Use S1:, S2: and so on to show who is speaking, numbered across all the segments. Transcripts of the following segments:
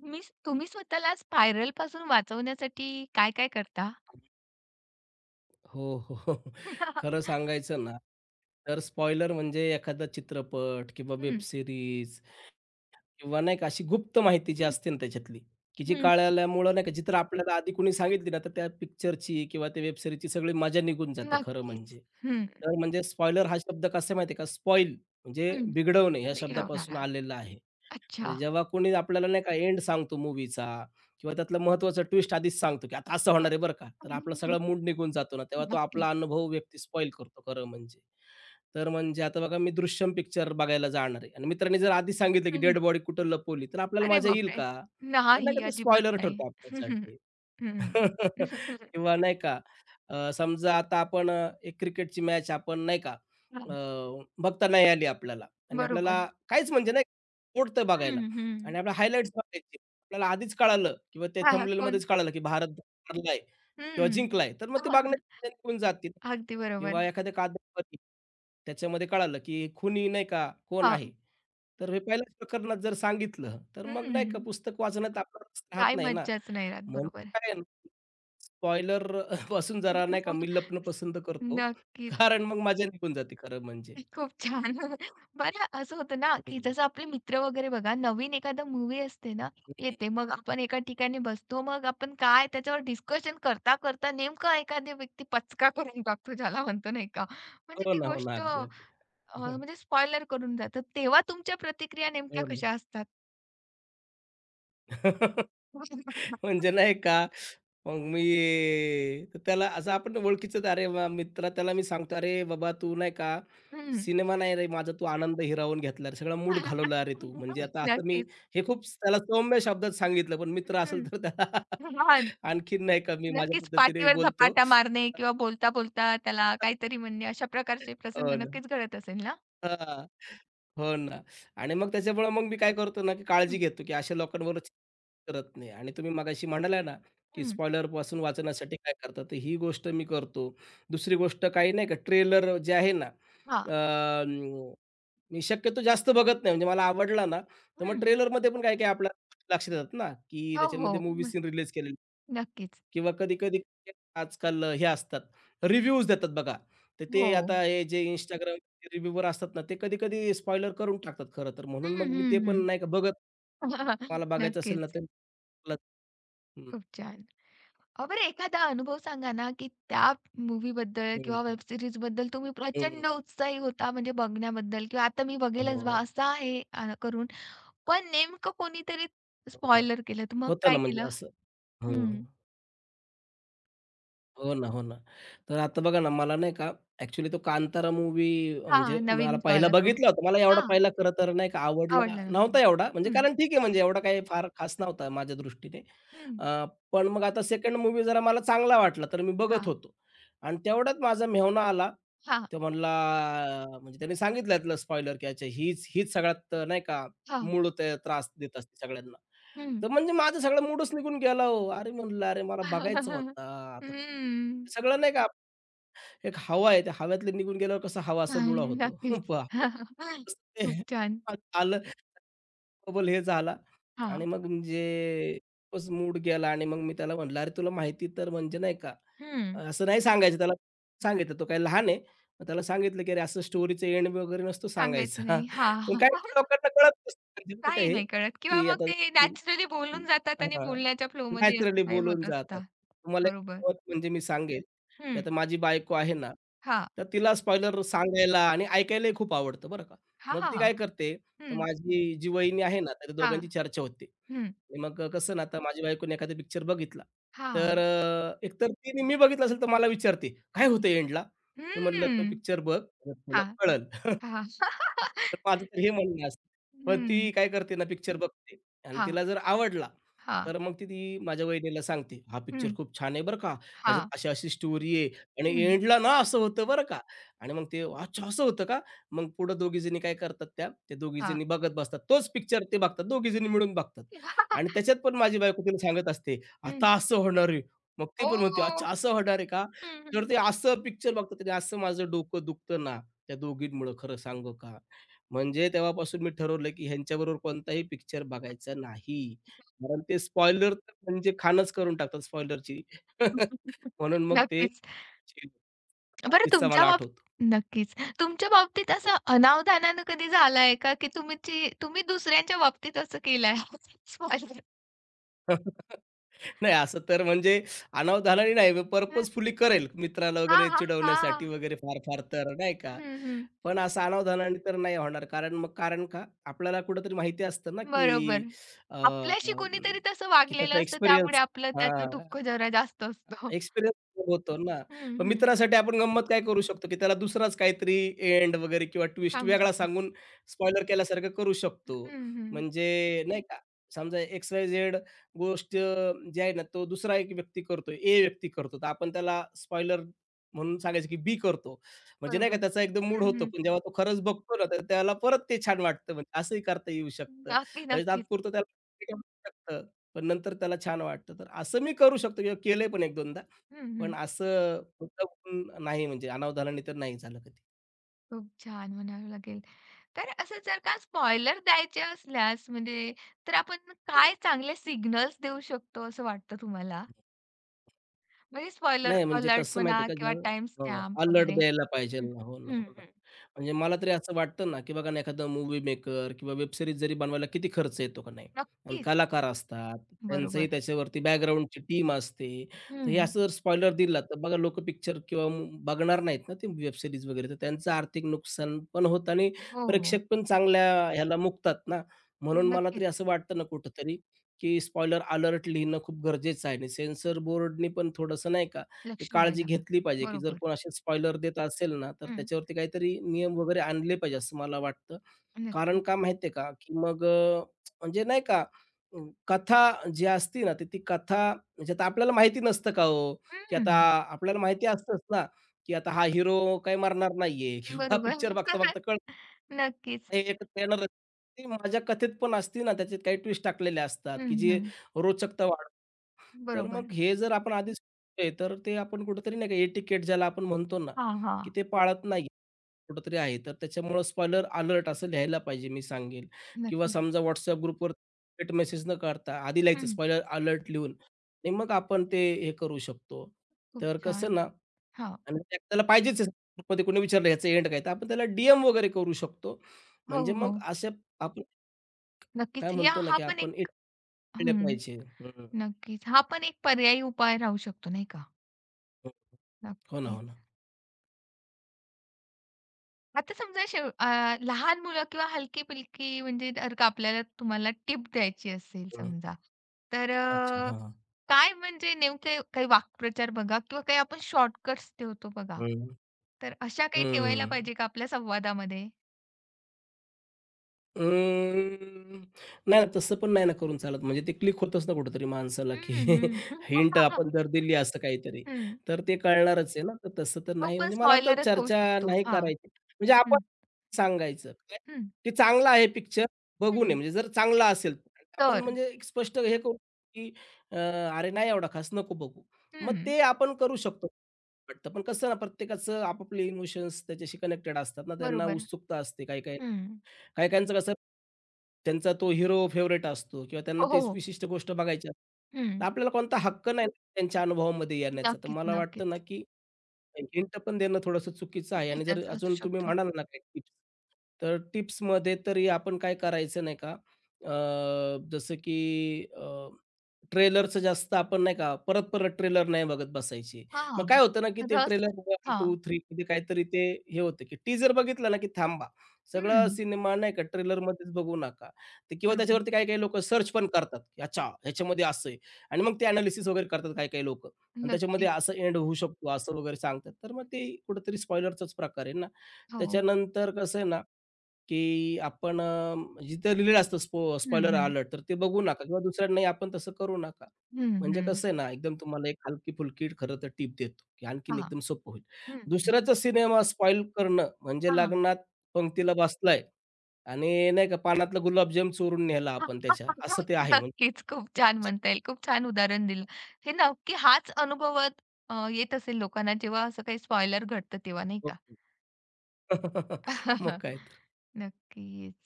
S1: तुम्ही तुम्ही स्वतःला स्पायरल पासून वाचवण्यासाठी काय-काय करता?
S2: हो, हो. हो. खरं सांगायचं ना, तर स्पॉइलर म्हणजे एखादा चित्रपट किंवा वेब
S1: हं,
S2: सीरीज किंवा नाही का अशी गुप्त माहिती जी
S1: हं,
S2: असते ना त्याच्यातली, की जी
S1: हं.
S2: कळल्यामुळं नाही का, जी तर आपल्याला आधी कोणी सांगितली ना, तर त्या पिक्चरची किंवा त्या वेब सीरीजची सगळी मजा निघून जाते खरं म्हणजे.
S1: नक्कीच. हं,
S2: तर म्हणजे स्पॉइलर हा शब्द कसा आहे माहिती आहे का, स्पॉइल म्हणजे
S1: हं.
S2: बिघडवणे या शब्दापासून
S1: बिघडवणारा.
S2: आलेला आहे. म्हणजे
S1: अच्छा.
S2: जेव्हा कोणी आपल्याला नाही का एंड सांगतो मूव्हीचा किंवा त्यातलं महत्त्वाचं ट्विस्ट आधीच सांगतो, की आता असं होणार आहे बरं का. तर आपला
S1: हं.
S2: सगळा मूड निघून जातो ना, तेव्हा तो
S1: नक्कीच.
S2: आपला अनुभव व्यक्ती स्पॉईल करतो खरं म्हणजे. तर म्हणजे आता बघा मी दृश्यम पिक्चर बघायला जाणार आहे आणि मित्रांनी जर आधीच सांगितलं, की
S1: हं.
S2: डेड बॉडी कुठं लपवली, तर आपल्याला
S1: अरे
S2: मजा येईल
S1: बापरे!
S2: का? तर नाही
S1: नाही,
S2: का ते
S1: अजिबात
S2: स्पॉइलर
S1: नाही.
S2: ठरतो
S1: हं, हं,
S2: आपल्यासाठी.
S1: हं.
S2: किंवा नाही का समजा आता आपण एक क्रिकेटची मॅच आपण नाही का
S1: हां,
S2: बघता नाही आली आपल्याला आणि आपल्याला
S1: बरोबर.
S2: काहीच म्हणजे नाही आवडतं बघायला
S1: हं,
S2: आणि
S1: हं.
S2: आपल्याला हायलाइट्स बघायचे. आपल्याला आधीच कळालं किंवा ते
S1: हां, हां.
S2: थंबनेल
S1: कोण?
S2: मध्येच कळालं की भारत हरलाय किंवा
S1: हं.
S2: जिंकलाय, तर मग ते बघण्यात निघून जातील
S1: अगदी
S2: किंवा
S1: बरोबर.
S2: एखाद्या कादंबरी त्याच्यामध्ये कळालं की खुनी नाही का कोण
S1: हां.
S2: आहे. तर हे पहिल्याच प्रकरणात जर सांगितलं, तर मग नाही का
S1: हं.
S2: पुस्तक वाचण्यात आपला रस राहत
S1: काय
S2: नाही ना.
S1: मज्जाच नाही राहत.
S2: म्हणून
S1: बरोबर.
S2: काय आहे ना स्पॉइलर पासून जरा नाही का मी लपणं पसंत करतो.
S1: नक्कीच.
S2: कारण मग मजा निघून जाते खरं म्हणजे.
S1: खूप छान. बरं असं होतं ना,
S2: हं,
S1: की
S2: हं.
S1: जसं आपले मित्र वगैरे बघा नवीन एखादा मूव्ही असते ना, येते. मग आपण एका ठिकाणी बसतो. मग आपण काय त्याच्यावर डिस्कशन करता, करता नेमका एखादी व्यक्ती पचका करून टाकतो ज्याला म्हणतो नाही का. म्हणजे
S2: हो
S1: ती
S2: ना, हो ना.
S1: गोष्ट
S2: अगदी, अगदी.
S1: म्हणजे स्पॉइलर करून जातं. तेव्हा तुमच्या प्रतिक्रिया
S2: हो
S1: नेमक्या
S2: ना.
S1: कशा असतात?
S2: म्हणजे नाही का मग मी तर त्याला असं आपण ओळखीचंच अरे वाह! मित्र त्याला मी सांगतो, "अरे बाबा तू नाही का
S1: हं.
S2: सिनेमा नाही रे माझा तू आनंद हिरावून घेतला रे, सगळा मूड घालवला रे तू." म्हणजे आता असं मी
S1: नक्कीच.
S2: हे खूप त्याला सौम्य शब्दात सांगितलं, पण मित्र असेल तर त्याला
S1: हं.
S2: आणखीन नाही का मी माझ्या
S1: नक्कीच
S2: पद्धतीने
S1: पाठीवर
S2: बोलतो.
S1: धपाटा मारणे किंवा बोलता-बोलता त्याला काहीतरी म्हणणे अशा प्रकारचे प्रसंग
S2: हो ना.
S1: नक्कीच घडत असेल ना?
S2: हां. हो ना. आणि मग त्याच्यामुळे मग मी काय करतो ना, की काळजी
S1: हं,
S2: घेतो, की अशा लोकांवरच करत नाही. आणि तुम्ही मगाशी म्हणाला ना, की
S1: हं.
S2: स्पॉयलरपासून वाचण्यासाठी काय करता, तर ही गोष्ट मी करतो. दुसरी गोष्ट काही नाही का, ट्रेलर जे आहे ना,
S1: हां.
S2: मी शक्यतो जास्त बघत नाही, म्हणजे मला आवडला ना, तर मग
S1: हं.
S2: ट्रेलरमध्ये पण काही-काही आपल्या लक्षात येतात ना, की
S1: हो,
S2: त्याच्यामध्ये
S1: हो.
S2: मूव्ही
S1: म
S2: सीन रिलीज केलेले
S1: नक्कीच.
S2: किंवा कधी-कधी आजकाल हे असतात, रिव्ह्यूज देतात बघा. तर ते
S1: हो.
S2: आता हे जे Instagram रिव्ह्यूवर असतात ना, ते कधी-कधी स्पॉइलर करून टाकतात खरं तर.
S1: हं,
S2: म्हणून मग मी ते
S1: हं,
S2: पण
S1: हं.
S2: नाही का बघत, मला बघायचं असेल ना,
S1: नक्कीच.
S2: तर मला हं,
S1: खूप छान. बरं एखादा अनुभव सांगा ना, की त्या मूव्हीबद्दल
S2: हं,
S1: किंवा वेब सीरीजबद्दल तुम्ही प्रचंड उत्साही होता म्हणजे बघण्याबद्दल किंवा आता मी बघेलच बा
S2: हो,
S1: असं आहे करून पण नेमकं कोणीतरी
S2: हो.
S1: स्पॉइलर केलं, तर मग
S2: होतं
S1: काय
S2: ना म्हणजे
S1: केलं?
S2: असं. हं.
S1: हं.
S2: हो ना, हो ना. तर आता बघा ना, मला नाही का ॲक्चुअली तो कांतारा मूवी
S1: हां,
S2: म्हणजे मला
S1: नवीन जो
S2: पहिला
S1: आला तो.
S2: बघितला होता. मला एवढा पहिला खरं तर नाही का आवडला
S1: आवडला नव्हता.
S2: नव्हता एवढा. म्हणजे
S1: हं,
S2: कारण ठीक आहे म्हणजे एवढा काही फार खास नव्हता माझ्या दृष्टीने.
S1: हं.
S2: अ, पण मग आता 2nd मूव्ही जरा मला चांगला वाटला, तर मी बघत
S1: हां,
S2: होतो. आणि तेवढ्यात माझा मेहुणा आला.
S1: हां,
S2: तो म्हणला म्हणजे त्याने सांगितलं यातलं स्पॉइलर की अच्छा हीच हीच सगळ्यात नाही का
S1: हां.
S2: मूळ ते त्रास देत असते सगळ्यांना.
S1: हं.
S2: तर म्हणजे माझा सगळा मूडच निघून गेला हो. अरे म्हणलं, "अरे मला बघायचा होता." आता
S1: हं.
S2: सगळं नाही का एक हवा आहे, त्या हव्यातलं निघून गेल्यावर कसा हवा असा
S1: नाही,
S2: लुळा होतो.
S1: नक्कीच.
S2: वाह! तसं ते
S1: खूप छान.
S2: आलं बबल हे झाला आणि
S1: हां,
S2: मग म्हणजे खूपच मूड गेला आणि मग मी त्याला म्हटलं, "अरे तुला माहिती तर म्हणजे नाही का"
S1: हं.
S2: असं नाही सांगायचं त्याला. सांगितलं तो काही लहान आहे. मग त्याला सांगितलं, की "अरे असं स्टोरीचं एंड वगैरे नसतो
S1: सांगायचं
S2: सांगायचा."
S1: नाही. हां,
S2: पण काही
S1: हां.
S2: लोकांना कळत नसतं म्हणजे काय
S1: काही
S2: हे,
S1: नाही कळत किंवा
S2: की
S1: मग
S2: आता
S1: ते
S2: की
S1: नॅचरली बोलून जातात आणि
S2: हां.
S1: बोलण्याच्या फ्लोमध्ये असं
S2: नॅचरली
S1: काही
S2: बोलून
S1: होत
S2: जातात.
S1: असतं.
S2: तुम्हाला एक
S1: बरोबर.
S2: गंमत म्हणजे मी सांगेल, की
S1: हं.
S2: आता माझी बायको आहे ना,
S1: हां.
S2: तर तिला स्पॉइलर सांगायला आणि ऐकायलाही खूप आवडतं बरं का.
S1: हां,
S2: मग ती
S1: हां.
S2: काय करते, तर
S1: हं.
S2: माझी जी वहिनी आहे ना, तर
S1: हां.
S2: दोघांची चर्चा होते.
S1: हं.
S2: आणि मग कसं ना, आता माझी बायकोने एखादा पिक्चर बघितला, तर
S1: हां.
S2: एकतर तिने मी बघितला असेल, तर मला विचारते, "काय
S1: हं.
S2: होतं एंडला?" मी म्हटलं, "तो
S1: हं.
S2: पिक्चर बघ, मग तुला
S1: हां,
S2: कळेल."
S1: हां.
S2: तर माझं तर हे म्हणणं असतं. मग
S1: हं.
S2: ती काय करते ना, पिक्चर बघते आणि
S1: हां,
S2: तिला जर आवडला,
S1: हां.
S2: तर मग ती ती माझ्या वहिनीला सांगते, "हा
S1: हं.
S2: पिक्चर खूप छान आहे बरं का. ह्याच्यात
S1: हां.
S2: अशी-अशी स्टोरी आहे आणि
S1: हं.
S2: एंडला ना असं होतं बरं का." आणि मग ते, "अच्छा असं होतं का?" मग पुढं दोघीजणी काय करतात त्या
S1: हां.
S2: दोघीजणी बघत बसतात. तोच पिक्चर ते बघतात, दोघीजणी मिळून बघतात.
S1: हं.
S2: आणि त्याच्यात पण माझी बायको तिला सांगत असते, "आता असं होणार आहे." मग ती पण
S1: ओह!
S2: म्हणते, "अच्छा असं होणार आहे का?"
S1: हं,
S2: तर
S1: हं.
S2: ते असं पिक्चर बघतात आणि असं माझं डोकं दुखतं ना, त्या दोघींमुळं खरं सांगू का? म्हणजे तेव्हापासून मी ठरवलं, की ह्यांच्याबरोबर कोणताही पिक्चर बघायचा नाही. कारण ते स्पॉइलर म्हणजे खाणच करून टाकतात स्पॉइलरची. म्हणून मग ते
S1: नक्कीच.
S2: हा
S1: बरं
S2: किस्सा
S1: तुमच्या
S2: मला
S1: बाब
S2: आठवतो.
S1: नक्कीच. तुमच्या बाबतीत असं अनावधानानं कधी झालंय का, की तुम्ही दुसऱ्यांच्या बाबतीत असं केलंय? सॉरी.
S2: नाही असं तर म्हणजे अनावधानाने नाही, मी
S1: हं.
S2: पर्पजफुली करेल मित्राला
S1: हां,
S2: वगैरे
S1: हां,
S2: चिडवण्यासाठी
S1: हां.
S2: वगैरे फार-फार तर नाही का.
S1: हं, हं.
S2: पण असं अनावधानाने तर नाही होणार. कारण का? आपल्याला कुठेतरी माहिती असतं ना,
S1: बरोबर.
S2: की अ,
S1: आपल्याशी
S2: अं,
S1: कोणीतरी तसं
S2: की
S1: वागलेलं
S2: त्याचा
S1: असतं त्यामुळे
S2: एक्सपिरियन्स
S1: आपलं त्याचं
S2: हां.
S1: दुःख जरा जास्त असतं.
S2: एक्सपिरियन्स होतो ना.
S1: हं,
S2: मग
S1: हं.
S2: मित्रासाठी आपण गंमत काय करू शकतो, की त्याला दुसराच काहीतरी एंड वगैरे किंवा ट्विस्ट
S1: सांगू
S2: वेगळा
S1: शकता.
S2: सांगून स्पॉइलर केल्यासारखं करू शकतो.
S1: हं, हं.
S2: म्हणजे नाही का, समजा एक्स-वाय-झेड गोष्ट जी आहे ना, तो दुसरा एक व्यक्ती करतोय, ए व्यक्ती करतो. तर आपण त्याला स्पॉइलर म्हणून सांगायचं, की बी करतो. म्हणजे नाही का
S1: बरोबर.
S2: त्याचा एकदम मूड
S1: हं,
S2: होतो.
S1: हं.
S2: पण जेव्हा तो खरंच बघतो ना, तर त्याला परत ते छान वाटतं. म्हणजे असंही करता येऊ शकतं.
S1: नक्की,
S2: म्हणजे
S1: नक्कीच.
S2: तात्पुरतं त्याला पण नंतर त्याला छान वाटतं. तर असं मी करू शकतो किंवा केलंय पण 1-2दा.
S1: हं,
S2: पण
S1: हं.
S2: असं मुद्दामहून नाही म्हणजे अनावधानाने तर नाही झालं कधी.
S1: खूप छान म्हणावं लागेल. तर असं जर का स्पॉइलर द्यायचे असल्यास म्हणजे तर आपण
S2: बरोबर.
S1: काय चांगले सिग्नल्स देऊ शकतो असं वाटतं तुम्हाला? म्हणजे स्पॉइलर
S2: नाही म्हणजे
S1: अलर्ट
S2: कसं
S1: म्हणा
S2: माहिती आहे का,
S1: किंवा
S2: जेव्हा
S1: टाईम
S2: हो,
S1: स्टॅम्प
S2: अलर्ट
S1: वगैरे?
S2: द्यायला पाहिजे.
S1: हं,
S2: ना. हो ना,
S1: हं,
S2: हो ना.
S1: हं.
S2: म्हणजे मला तरी असं वाटतं ना, की बघा ना, एखादा मूव्ही मेकर किंवा वेब सीरीज जरी बनवायला किती खर्च येतो का नाही. आणि
S1: नक्कीच.
S2: कलाकार असतात, त्यांचंही
S1: बरोबर.
S2: त्याच्यावरती बॅकग्राऊंडची टीम असते. तर हे
S1: हं.
S2: असं जर स्पॉइलर दिला, तर बघा लोक पिक्चर किंवा बघणार नाहीत ना, ते वेब सीरीज वगैरे. तर त्यांचं आर्थिक नुकसान पण होतं आणि
S1: हो, हो.
S2: प्रेक्षक पण चांगल्या ह्याला मुकतात ना.
S1: हो,
S2: म्हणून मला
S1: नक्कीच.
S2: तरी असं वाटतं ना कुठेतरी, की स्पॉइलर अलर्ट लिहिणं खूप गरजेचं आहे आणि सेन्सर बोर्डनी पण थोडंसं नाही का ही
S1: लक्ष
S2: काळजी
S1: द्यायला
S2: घेतली
S1: पाहिजे.
S2: पाहिजे, की जर
S1: बरोबर.
S2: कोण असे स्पॉइलर देत असेल ना, तर
S1: हं.
S2: त्याच्यावरती काहीतरी नियम वगैरे आणले पाहिजे असं मला वाटतं. कारण
S1: नक्की.
S2: का माहिती आहे का, की मग म्हणजे नाही का अ, कथा जी असते ना, तर ती कथा म्हणजे आता आपल्याला माहिती नसतं का हो, की
S1: हं.
S2: आता आपल्याला माहिती असतंच ना, की आता हा हिरो काही मरणार नाहीये किंवा
S1: बरोबर.
S2: पिक्चर बघता-बघता कळतं
S1: नक्कीच.
S2: हे एकच येणारच. ती माझ्या कथेत पण असती ना, त्याच्यात काही ट्विस्ट टाकलेले असतात,
S1: हं,
S2: की जी
S1: हं.
S2: रोचकता वाढवतात. तर
S1: बरोबर.
S2: मग हे जर आपण आधीच केलंय, तर ते आपण कुठेतरी नाही का एटिकेट ज्याला आपण म्हणतो ना,
S1: हां, हां.
S2: की ते पाळत नाही कुठेतरी आहे. तर त्याच्यामुळं स्पॉइलर अलर्ट असं लिहायला पाहिजे मी सांगेल किंवा
S1: नक्कीच.
S2: समजा WhatsApp ग्रुपवर थेट मेसेज न करता आधी लिहायचं
S1: हं.
S2: स्पॉइलर अलर्ट लिहून आणि मग आपण ते हे करू शकतो.
S1: खूप
S2: तर
S1: छान.
S2: कसं ना
S1: हां.
S2: आणि त्याला पाहिजेच आहे ग्रुपमध्ये कोणी विचारलं ह्याचं एंड काय? तर आपण त्याला डी वगैरे करू शकतो.
S1: हो,
S2: म्हणजे
S1: हो.
S2: मग अशा आपण काय
S1: नक्कीच. या
S2: म्हणतो ना,
S1: हा
S2: की
S1: पण
S2: आपण
S1: एक
S2: एटिकेट
S1: हं.
S2: पाहिजे. हं,
S1: नक्कीच. हा पण एक पर्यायी उपाय राहू शकतो, नाही का?
S2: हं. हो ना, हो ना.
S1: नक्कीच. आता समजा शेव लहान मुलं किंवा हलकी-फुलकी म्हणजे जर का आपल्याला तुम्हाला टिप द्यायची असेल
S2: हं.
S1: समजा, तर
S2: अच्छा. हां.
S1: काय म्हणजे नेमके काही वाक्प्रचार बघा किंवा काही आपण शॉर्टकट्स ठेवतो बघा.
S2: हं,
S1: तर अशा काही ठेवायला
S2: हं.
S1: पाहिजे का आपल्या संवादामध्ये?
S2: अं, नाही तसं पण नाही ना करून चालत. म्हणजे ते क्लिक होतच ना कुठेतरी माणसाला,
S1: हं,
S2: की
S1: हं, हं.
S2: हिंट आपण जर दिली असं काहीतरी,
S1: हं.
S2: तर ते कळणारच आहे ना. तर तसं तर
S1: तो
S2: नाही
S1: पण
S2: म्हणजे मला वाटतं
S1: स्पॉइलरच होऊ
S2: चर्चा
S1: शकतो.
S2: नाही
S1: हां.
S2: करायची. म्हणजे आपण
S1: हं,
S2: सांगायचं. काय
S1: हं,
S2: की चांगला आहे पिक्चर, बघून ये.
S1: हं.
S2: म्हणजे जर चांगला असेल, तर आपण
S1: तर.
S2: म्हणजे एक स्पष्ट हे करू, की अ, "अरे नाही एवढा खास, नको बघू." मग
S1: हं.
S2: ते आपण करू शकतो. वाटतं पण कसं ना, प्रत्येकाचं आपापले इमोशन्स त्याच्याशी कनेक्टेड असतात ना, त्यांना
S1: बरोबर.
S2: उत्सुकता असते काही-काही
S1: हं.
S2: काही-काहींचं कसं, त्यांचा तो हिरो फेव्हरेट असतो किंवा त्यांना
S1: हो,
S2: ती
S1: हो, हो.
S2: विशिष्ट गोष्ट बघायची असते. तर
S1: हं.
S2: आपल्याला कोणता हक्क नाही ना त्यांच्या अनुभवामध्ये येण्याचा. तर
S1: नक्कीच,
S2: मला वाटतं ना,
S1: नक्कीच.
S2: की हिंट पण देणं थोडंसं चुकीचं आहे आणि जर
S1: चुकीचाच असू
S2: अजून तुम्ही
S1: शकतो.
S2: म्हणाल ना काही टिप्स, तर टिप्समध्ये तरी आपण काय करायचं नाही का, अ, जसं की अ, ट्रेलरचं जास्त आपण नाही का, परत-परत ट्रेलर नाही बघत बसायचे. मग
S1: हां,
S2: काय होतं ना, की ते
S1: रस
S2: ट्रेलर 1, 2,
S1: हां.
S2: 3 मध्ये काहीतरी ते हे होतं, की टीजर बघितला ना, की थांबा. सगळा
S1: हं,
S2: सिनेमा नाही का ट्रेलरमध्येच बघू नका. ते किंवा
S1: बरोबर.
S2: त्याच्यावरती काही-काही लोकं सर्च पण करतात, की अच्छा ह्याच्यामध्ये असं आहे आणि मग ते एनालिसिस वगैरे करतात काही-काही लोकं आणि त्याच्यामध्ये
S1: नक्कीच.
S2: असं एंड होऊ शकतो, असं वगैरे सांगतात. तर मग ते कुठेतरी स्पॉइलरचाच प्रकार आहे ना.
S1: हो.
S2: त्याच्यानंतर कसं आहे ना की आपण जिथं लिहिलेलं असतं
S1: हं,
S2: स्पॉइलर
S1: हं.
S2: अलर्ट तर ते बघू नका किंवा दुसऱ्यांनाही आपण तसं करू नका.
S1: हं,
S2: म्हणजे
S1: हं.
S2: कसं आहे ना, एकदम तुम्हाला एक हलकी-फुलकी खरं तर टिप देतो, की आणखीन
S1: हां.
S2: एकदम सोपं होईल.
S1: हं, हं.
S2: दुसऱ्याचा सिनेमा स्पॉईल करणं म्हणजे
S1: हां.
S2: लग्नात पंक्तीला बसलाय आणि नाही का पानातला गुलाबजाम चोरून नेला आपण त्याच्या, असं ते आहे म्हणजे.
S1: नक्कीच. खूप छान म्हणता येईल. खूप छान उदाहरण दिलं. हे नक्की हाच अनुभवत येत असेल लोकांना जेव्हा असं काही स्पॉइलर घडतं तेव्हा, नाही का?
S2: मग काय तर.
S1: नक्कीच.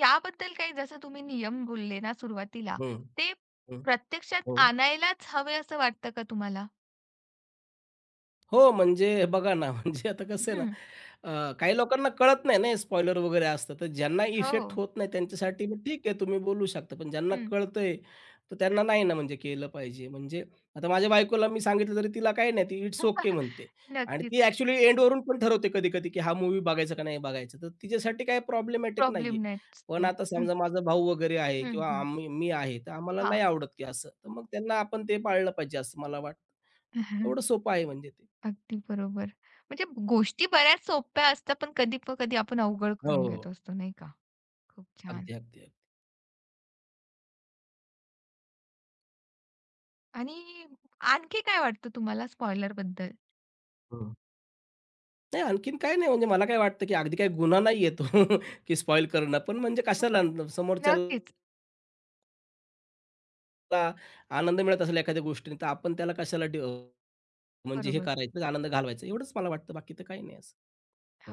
S1: याबद्दल काही जसं तुम्ही नियम बोलले ना सुरुवातीला,
S2: हं,
S1: ते
S2: हं.
S1: प्रत्यक्षात
S2: हो.
S1: आणायलाच हवे असं वाटतं का तुम्हाला?
S2: हो, म्हणजे बघा ना, म्हणजे आता कसं आहे ना,
S1: हं.
S2: काही लोकांना कळत नाही ना, हे स्पॉइलर वगैरे असतं. तर ज्यांना
S1: हो.
S2: इफेक्ट होत नाही त्यांच्यासाठी मग ठीक आहे, तुम्ही बोलू शकता. पण ज्यांना
S1: हं.
S2: कळतंय, तर त्यांना नाही ना म्हणजे केलं पाहिजे. म्हणजे आता माझ्या बायकोला मी सांगितलं तरी तिला काही नाही, ती इट्स ओके म्हणते. आणि
S1: नक्कीच.
S2: ती ॲक्चुअली एंडवरून पण ठरवते कधी-कधी, की हा मूव्ही बघायचा का नाही बघायचा. तर तिच्यासाठी काही प्रॉब्लेमॅटिक नाहीये.
S1: प्रॉब्लेम
S2: पण
S1: नसतो.
S2: आता
S1: हं,
S2: समजा माझा भाऊ वगैरे आहे
S1: हं,
S2: किंवा
S1: हं.
S2: मी आहे, तर आम्हाला
S1: हां.
S2: नाही आवडत की असं. तर मग त्यांना आपण ते पाळलं पाहिजे असं मला वाटतं. एवढं सोपं आहे म्हणजे ते.
S1: अगदी बरोबर. म्हणजे गोष्टी बऱ्याच सोप्या असतात, पण कधी प कधी आपण अवघड
S2: हो,
S1: करून
S2: हो.
S1: घेत असतो, नाही का? खूप छान.
S2: अगदी, अगदी, अगदी.
S1: आणि आणखी काय वाटतं तुम्हाला स्पॉइलरबद्दल?
S2: हं. नाही आणखीन काही नाही म्हणजे मला काय वाटतं, की अगदी काही गुन्हा नाहीये तो की स्पॉईल करणं. पण म्हणजे कशाला समोरच्याला
S1: नक्कीच.
S2: आनंद मिळत असेल एखाद्या गोष्टीने, तर आपण त्याला कशाला म्हणजे हे
S1: बरोबर.
S2: करायचं, आनंद घालवायचा. एवढंच मला वाटतं, बाकी तर काही नाही असं.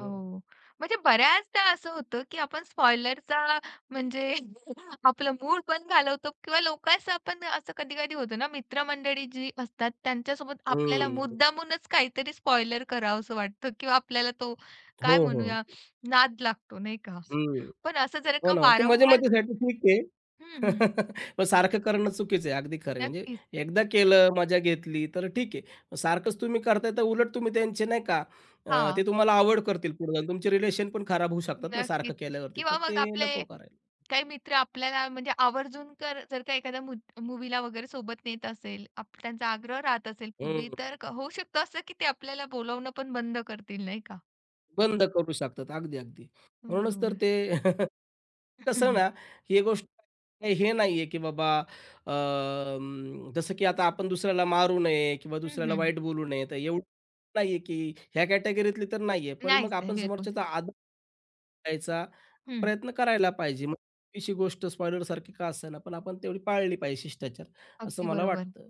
S2: हं.
S1: म्हणजे बऱ्याचदा असं होतं, की आपण स्पॉइलरचा म्हणजे आपलं मूड पण घालवतो किंवा लोकांचं आपण असं कधी-कधी होतं ना, मित्रमंडळी जी असतात त्यांच्यासोबत आपल्याला
S2: हं.
S1: मुद्दामूनच काहीतरी स्पॉइलर करावंसं वाटतं किंवा आपल्याला तो
S2: हो,
S1: काय
S2: हो.
S1: म्हणूया नाद लागतो नाही का?
S2: हं.
S1: पण असं जर
S2: हो
S1: का
S2: ना. ते
S1: वारंवार
S2: मजे-मजेसाठी ठीक आहे.
S1: हं, हं.
S2: पण सारखं करणं चुकीचं आहे. अगदी खरं आहे. म्हणजे
S1: नक्कीच.
S2: एकदा केलं, मजा घेतली तर ठीक आहे. पण सारखंच तुम्ही करताय तर उलट तुम्ही त्यांचे नाही का ते
S1: हां.
S2: तुम्हाला आवड करतील पुढे जाऊन. तुमचे रिलेशन पण खराब होऊ शकतात ना सारखं
S1: नक्कीच.
S2: केल्यावरती, तर
S1: किंवा मग
S2: ते
S1: आपले
S2: नको करायला.
S1: काही मित्र आपल्याला म्हणजे आवर्जून कर जर का एखाद्या मु मूव्हीला वगैरे सोबत नेत असेल, आप त्यांचा आग्रह राहत असेल पूर्वी,
S2: हं.
S1: तर क होऊ शकतं असं की ते आपल्याला बोलावणं पण बंद करतील, नाही का?
S2: बंद करू शकतात. अगदी, अगदी. म्हणूनच तर
S1: बरोबर.
S2: ते
S1: हं,
S2: कसं
S1: हं.
S2: ना, ही गोष्ट काही हे नाहीये, की बाबा जसं की आता आपण दुसऱ्याला मारू नये किंवा
S1: हं,
S2: दुसऱ्याला
S1: हं.
S2: वाईट बोलू नये, तर एवढं नाहीये, की ह्या कॅटेगरीतली तर नाहीये. पण मग
S1: नाहीच आहे
S2: आपण
S1: बिलकुल.
S2: समोरच्याचा आदर करायचा
S1: हं.
S2: प्रयत्न करायला पाहिजे. मग छोटीशी गोष्ट स्पॉइलरसारखी का असेना, पण आपण तेवढी पाळली पाहिजे शिष्टाचार, असं
S1: अगदी
S2: मला
S1: बरोबर.
S2: वाटतं.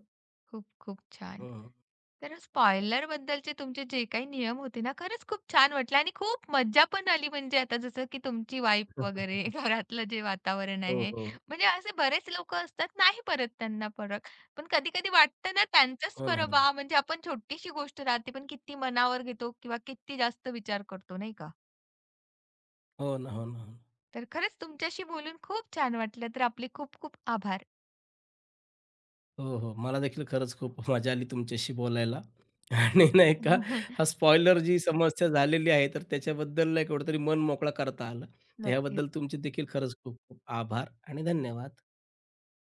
S1: खूप खूप छान.
S2: हं.
S1: तर स्पॉइलरबद्दलचे तुमचे जे काही नियम होते ना, खरंच खूप छान वाटलं आणि खूप मज्जा पण आली. म्हणजे आता जसं की तुमची वाईफ वगैरे घरातलं जे वातावरण
S2: हो,
S1: आहे,
S2: हो.
S1: म्हणजे असे बरेच लोकं असतात, नाही पडत त्यांना फरक. पण कधी-कधी वाटतं ना त्यांचंच
S2: हो ना,
S1: बरं
S2: हो
S1: बा,
S2: ना.
S1: म्हणजे आपण छोटीशी गोष्ट राहते, पण किती मनावर घेतो किंवा किती जास्त विचार करतो, नाही का?
S2: हो ना, हो ना.
S1: तर खरंच तुमच्याशी बोलून खूप छान वाटलं. तर आपले खूप खूप आभार.
S2: हो, हो. मला देखील खरंच खूप मजा आली तुमच्याशी बोलायला आणि नाही का, हा स्पॉइलर जी समस्या झालेली आहे, तर त्याच्याबद्दल नाही का कुठेतरी मन मोकळा करता आलं. तर
S1: नक्कीच.
S2: ह्याबद्दल तुमचे देखील खरंच खूप खूप आभार आणि धन्यवाद.